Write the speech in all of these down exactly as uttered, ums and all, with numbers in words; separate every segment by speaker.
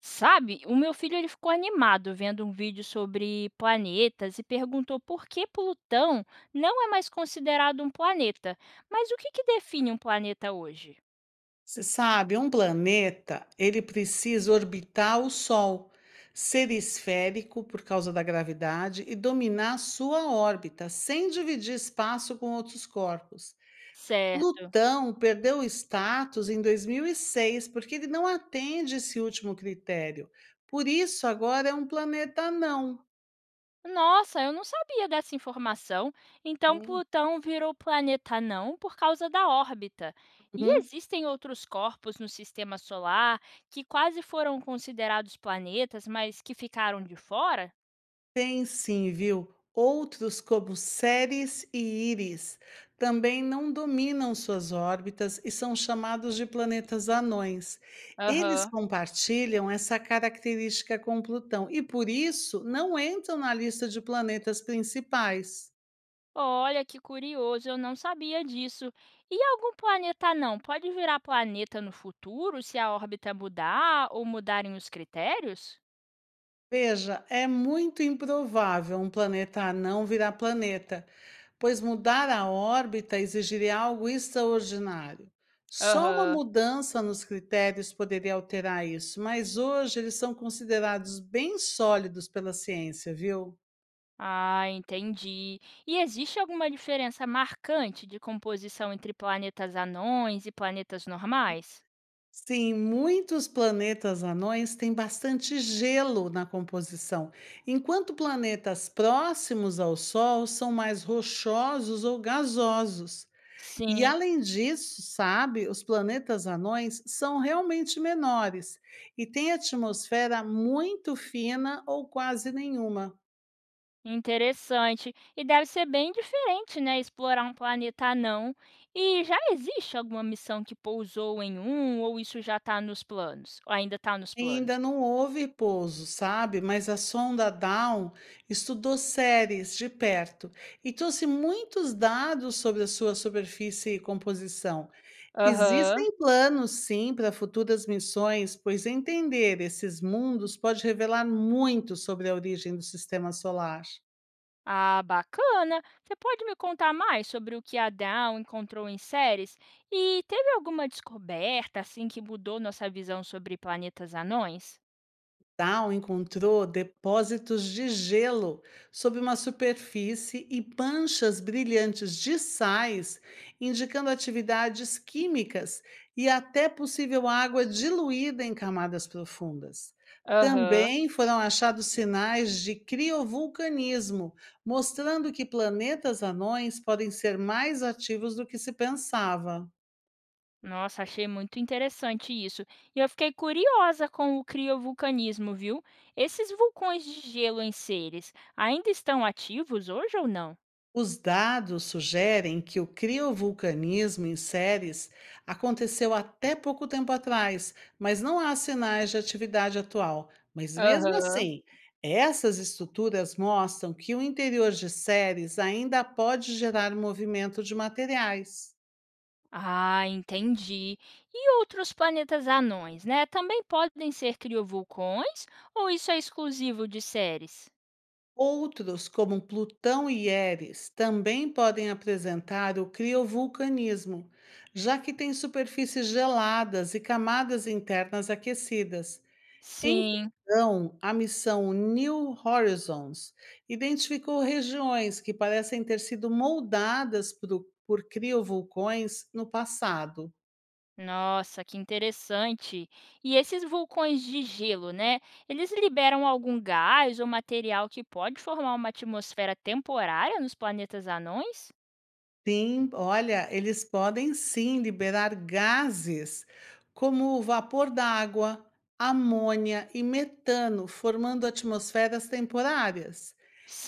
Speaker 1: Sabe, o meu filho ele ficou animado vendo um vídeo sobre planetas e perguntou por que Plutão não é mais considerado um planeta. Mas o que, que define um planeta hoje?
Speaker 2: Você sabe, um planeta, ele precisa orbitar o Sol, ser esférico por causa da gravidade e dominar sua órbita, sem dividir espaço com outros corpos.
Speaker 1: Certo.
Speaker 2: Plutão perdeu o status em dois mil e seis porque ele não atende esse último critério. Por isso, agora é um planeta não.
Speaker 1: Nossa, eu não sabia dessa informação. Então
Speaker 2: Hum,
Speaker 1: Plutão virou planeta não por causa da órbita. E
Speaker 2: hum.
Speaker 1: existem outros corpos no sistema solar que quase foram considerados planetas, mas que ficaram de fora?
Speaker 2: Tem sim, viu? Outros, como Ceres e Íris, também não dominam suas órbitas e são chamados de planetas anões. Eles
Speaker 1: Aham.
Speaker 2: compartilham essa característica com Plutão e, por isso, não entram na lista de planetas principais.
Speaker 1: Olha que curioso, eu não sabia disso. E algum planeta não pode virar planeta no futuro se a órbita mudar ou mudarem os critérios?
Speaker 2: Veja, é muito improvável um planeta anão virar planeta, pois mudar a órbita exigiria algo extraordinário. Só uma
Speaker 1: Aham.
Speaker 2: mudança nos critérios poderia alterar isso, mas hoje eles são considerados bem sólidos pela ciência, viu?
Speaker 1: Ah, entendi. E existe alguma diferença marcante de composição entre planetas anões e planetas normais?
Speaker 2: Sim, muitos planetas anões têm bastante gelo na composição, enquanto planetas próximos ao Sol são mais rochosos ou gasosos. E
Speaker 1: Sim,
Speaker 2: além disso, sabe, os planetas anões são realmente menores e têm atmosfera muito fina ou quase nenhuma.
Speaker 1: interessante. E deve ser bem diferente, né, explorar um planeta anão. E já existe alguma missão que pousou em um, ou isso já está nos planos? Ou ainda está nos
Speaker 2: Ainda
Speaker 1: planos?
Speaker 2: não houve pouso, sabe? Mas a sonda Dawn estudou séries de perto e trouxe muitos dados sobre a sua superfície e composição.
Speaker 1: Aham.
Speaker 2: Existem planos, sim, para futuras missões, pois entender esses mundos pode revelar muito sobre a origem do sistema solar.
Speaker 1: Ah, bacana. Você pode me contar mais sobre o que a Down encontrou em séries? E teve alguma descoberta assim que mudou nossa visão sobre planetas anões?
Speaker 2: Dow encontrou depósitos de gelo sob uma superfície e manchas brilhantes de sais, indicando atividades químicas e até possível água diluída em camadas profundas.
Speaker 1: Aham.
Speaker 2: Também foram achados sinais de criovulcanismo, mostrando que planetas anões podem ser mais ativos do que se pensava.
Speaker 1: Nossa, achei muito interessante isso. E eu fiquei curiosa com o criovulcanismo, viu? Esses vulcões de gelo em Ceres ainda estão ativos hoje ou não?
Speaker 2: Os dados sugerem que o criovulcanismo em séries aconteceu até pouco tempo atrás, mas não há sinais de atividade atual. Mas mesmo
Speaker 1: Aham.
Speaker 2: assim, essas estruturas mostram que o interior de séries ainda pode gerar movimento de materiais.
Speaker 1: Ah, entendi. E outros planetas anões, né? Também podem ser criovulcões ou isso é exclusivo de Ceres?
Speaker 2: Outros, como Plutão e Eris, também podem apresentar o criovulcanismo, já que têm superfícies geladas e camadas internas aquecidas. Em
Speaker 1: Sim.
Speaker 2: Plutão, a missão New Horizons identificou regiões que parecem ter sido moldadas por, por criovulcões no passado.
Speaker 1: Nossa, que interessante. E esses vulcões de gelo, né? Eles liberam algum gás ou material que pode formar uma atmosfera temporária nos planetas anões?
Speaker 2: Sim, olha, eles podem sim liberar gases como o vapor d'água, amônia e metano, formando atmosferas temporárias.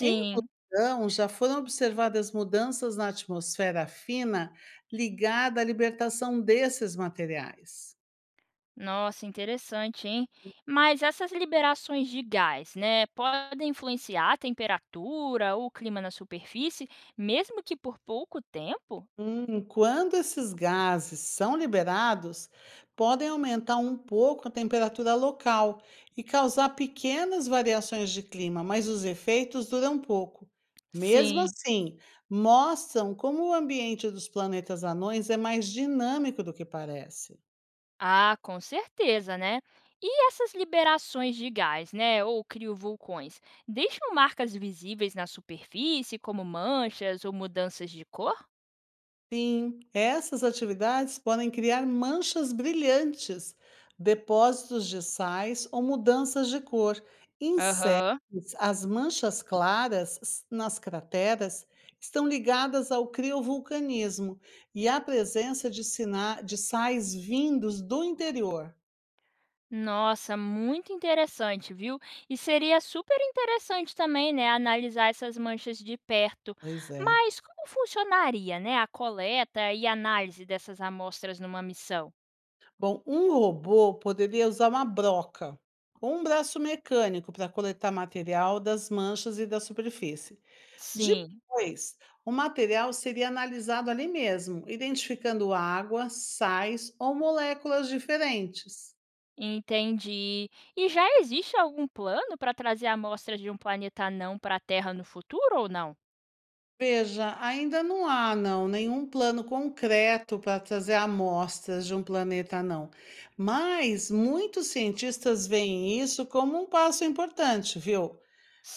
Speaker 2: Em Plutão, já foram observadas mudanças na atmosfera fina ligada à libertação desses materiais.
Speaker 1: Nossa, interessante, hein? Mas essas liberações de gás, né, podem influenciar a temperatura ou o clima na superfície, mesmo que por pouco tempo?
Speaker 2: Hum, quando esses gases são liberados, podem aumentar um pouco a temperatura local e causar pequenas variações de clima, mas os efeitos duram pouco. Mesmo
Speaker 1: Sim.
Speaker 2: assim, mostram como o ambiente dos planetas anões é mais dinâmico do que parece.
Speaker 1: Ah, com certeza, né? E essas liberações de gás, né, ou criovulcões, deixam marcas visíveis na superfície, como manchas ou mudanças de cor?
Speaker 2: Sim, essas atividades podem criar manchas brilhantes, depósitos de sais ou mudanças de cor. Em séries,
Speaker 1: Aham.
Speaker 2: as manchas claras s- nas crateras estão ligadas ao criovulcanismo e à presença de, sina- de sais vindos do interior.
Speaker 1: Nossa, muito interessante, viu? E seria super interessante também, né, analisar essas manchas de perto.
Speaker 2: Pois é.
Speaker 1: Mas como funcionaria, né, a coleta e análise dessas amostras numa missão?
Speaker 2: Bom, um robô poderia usar uma broca ou um braço mecânico para coletar material das manchas e da superfície.
Speaker 1: Sim.
Speaker 2: Depois, o material seria analisado ali mesmo, identificando água, sais ou moléculas diferentes.
Speaker 1: Entendi. E já existe algum plano para trazer amostras de um planeta anão para a Terra no futuro ou não?
Speaker 2: Veja, ainda não há não nenhum plano concreto para trazer amostras de um planeta não, mas muitos cientistas veem isso como um passo importante, viu?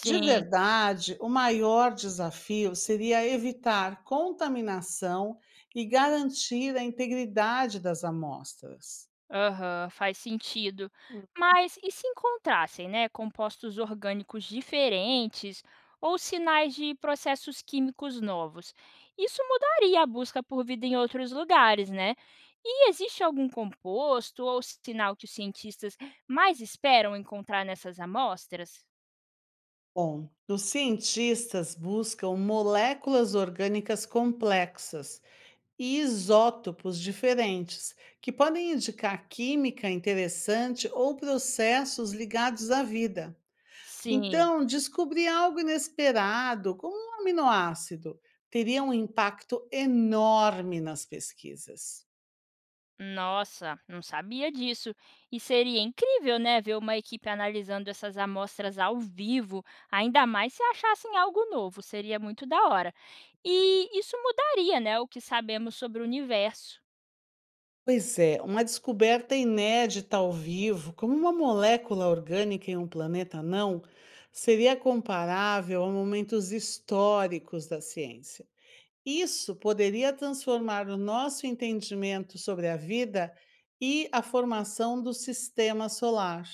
Speaker 2: De verdade, o maior desafio seria evitar contaminação e garantir a integridade das amostras.
Speaker 1: aham, faz sentido. Mas e se encontrassem, né, compostos orgânicos diferentes ou sinais de processos químicos novos? Isso mudaria a busca por vida em outros lugares, né? E existe algum composto ou sinal que os cientistas mais esperam encontrar nessas amostras?
Speaker 2: Bom, os cientistas buscam moléculas orgânicas complexas e isótopos diferentes, que podem indicar química interessante ou processos ligados à vida.
Speaker 1: Sim.
Speaker 2: Então, descobrir algo inesperado, como um aminoácido, teria um impacto enorme nas pesquisas.
Speaker 1: Nossa, não sabia disso. E seria incrível, né, ver uma equipe analisando essas amostras ao vivo, ainda mais se achassem algo novo, seria muito da hora. E isso mudaria, né, o que sabemos sobre o universo.
Speaker 2: Pois é, uma descoberta inédita ao vivo, como uma molécula orgânica em um planeta não, seria comparável a momentos históricos da ciência. Isso poderia transformar o nosso entendimento sobre a vida e a formação do sistema solar.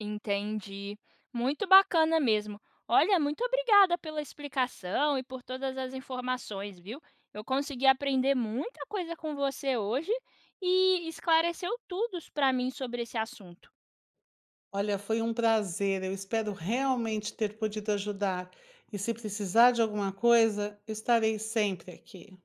Speaker 1: Entendi. Muito bacana mesmo. Olha, muito obrigada pela explicação e por todas as informações, viu? Eu consegui aprender muita coisa com você hoje e esclareceu tudo para mim sobre esse assunto.
Speaker 2: Olha, foi um prazer. Eu espero realmente ter podido ajudar. E se precisar de alguma coisa, eu estarei sempre aqui.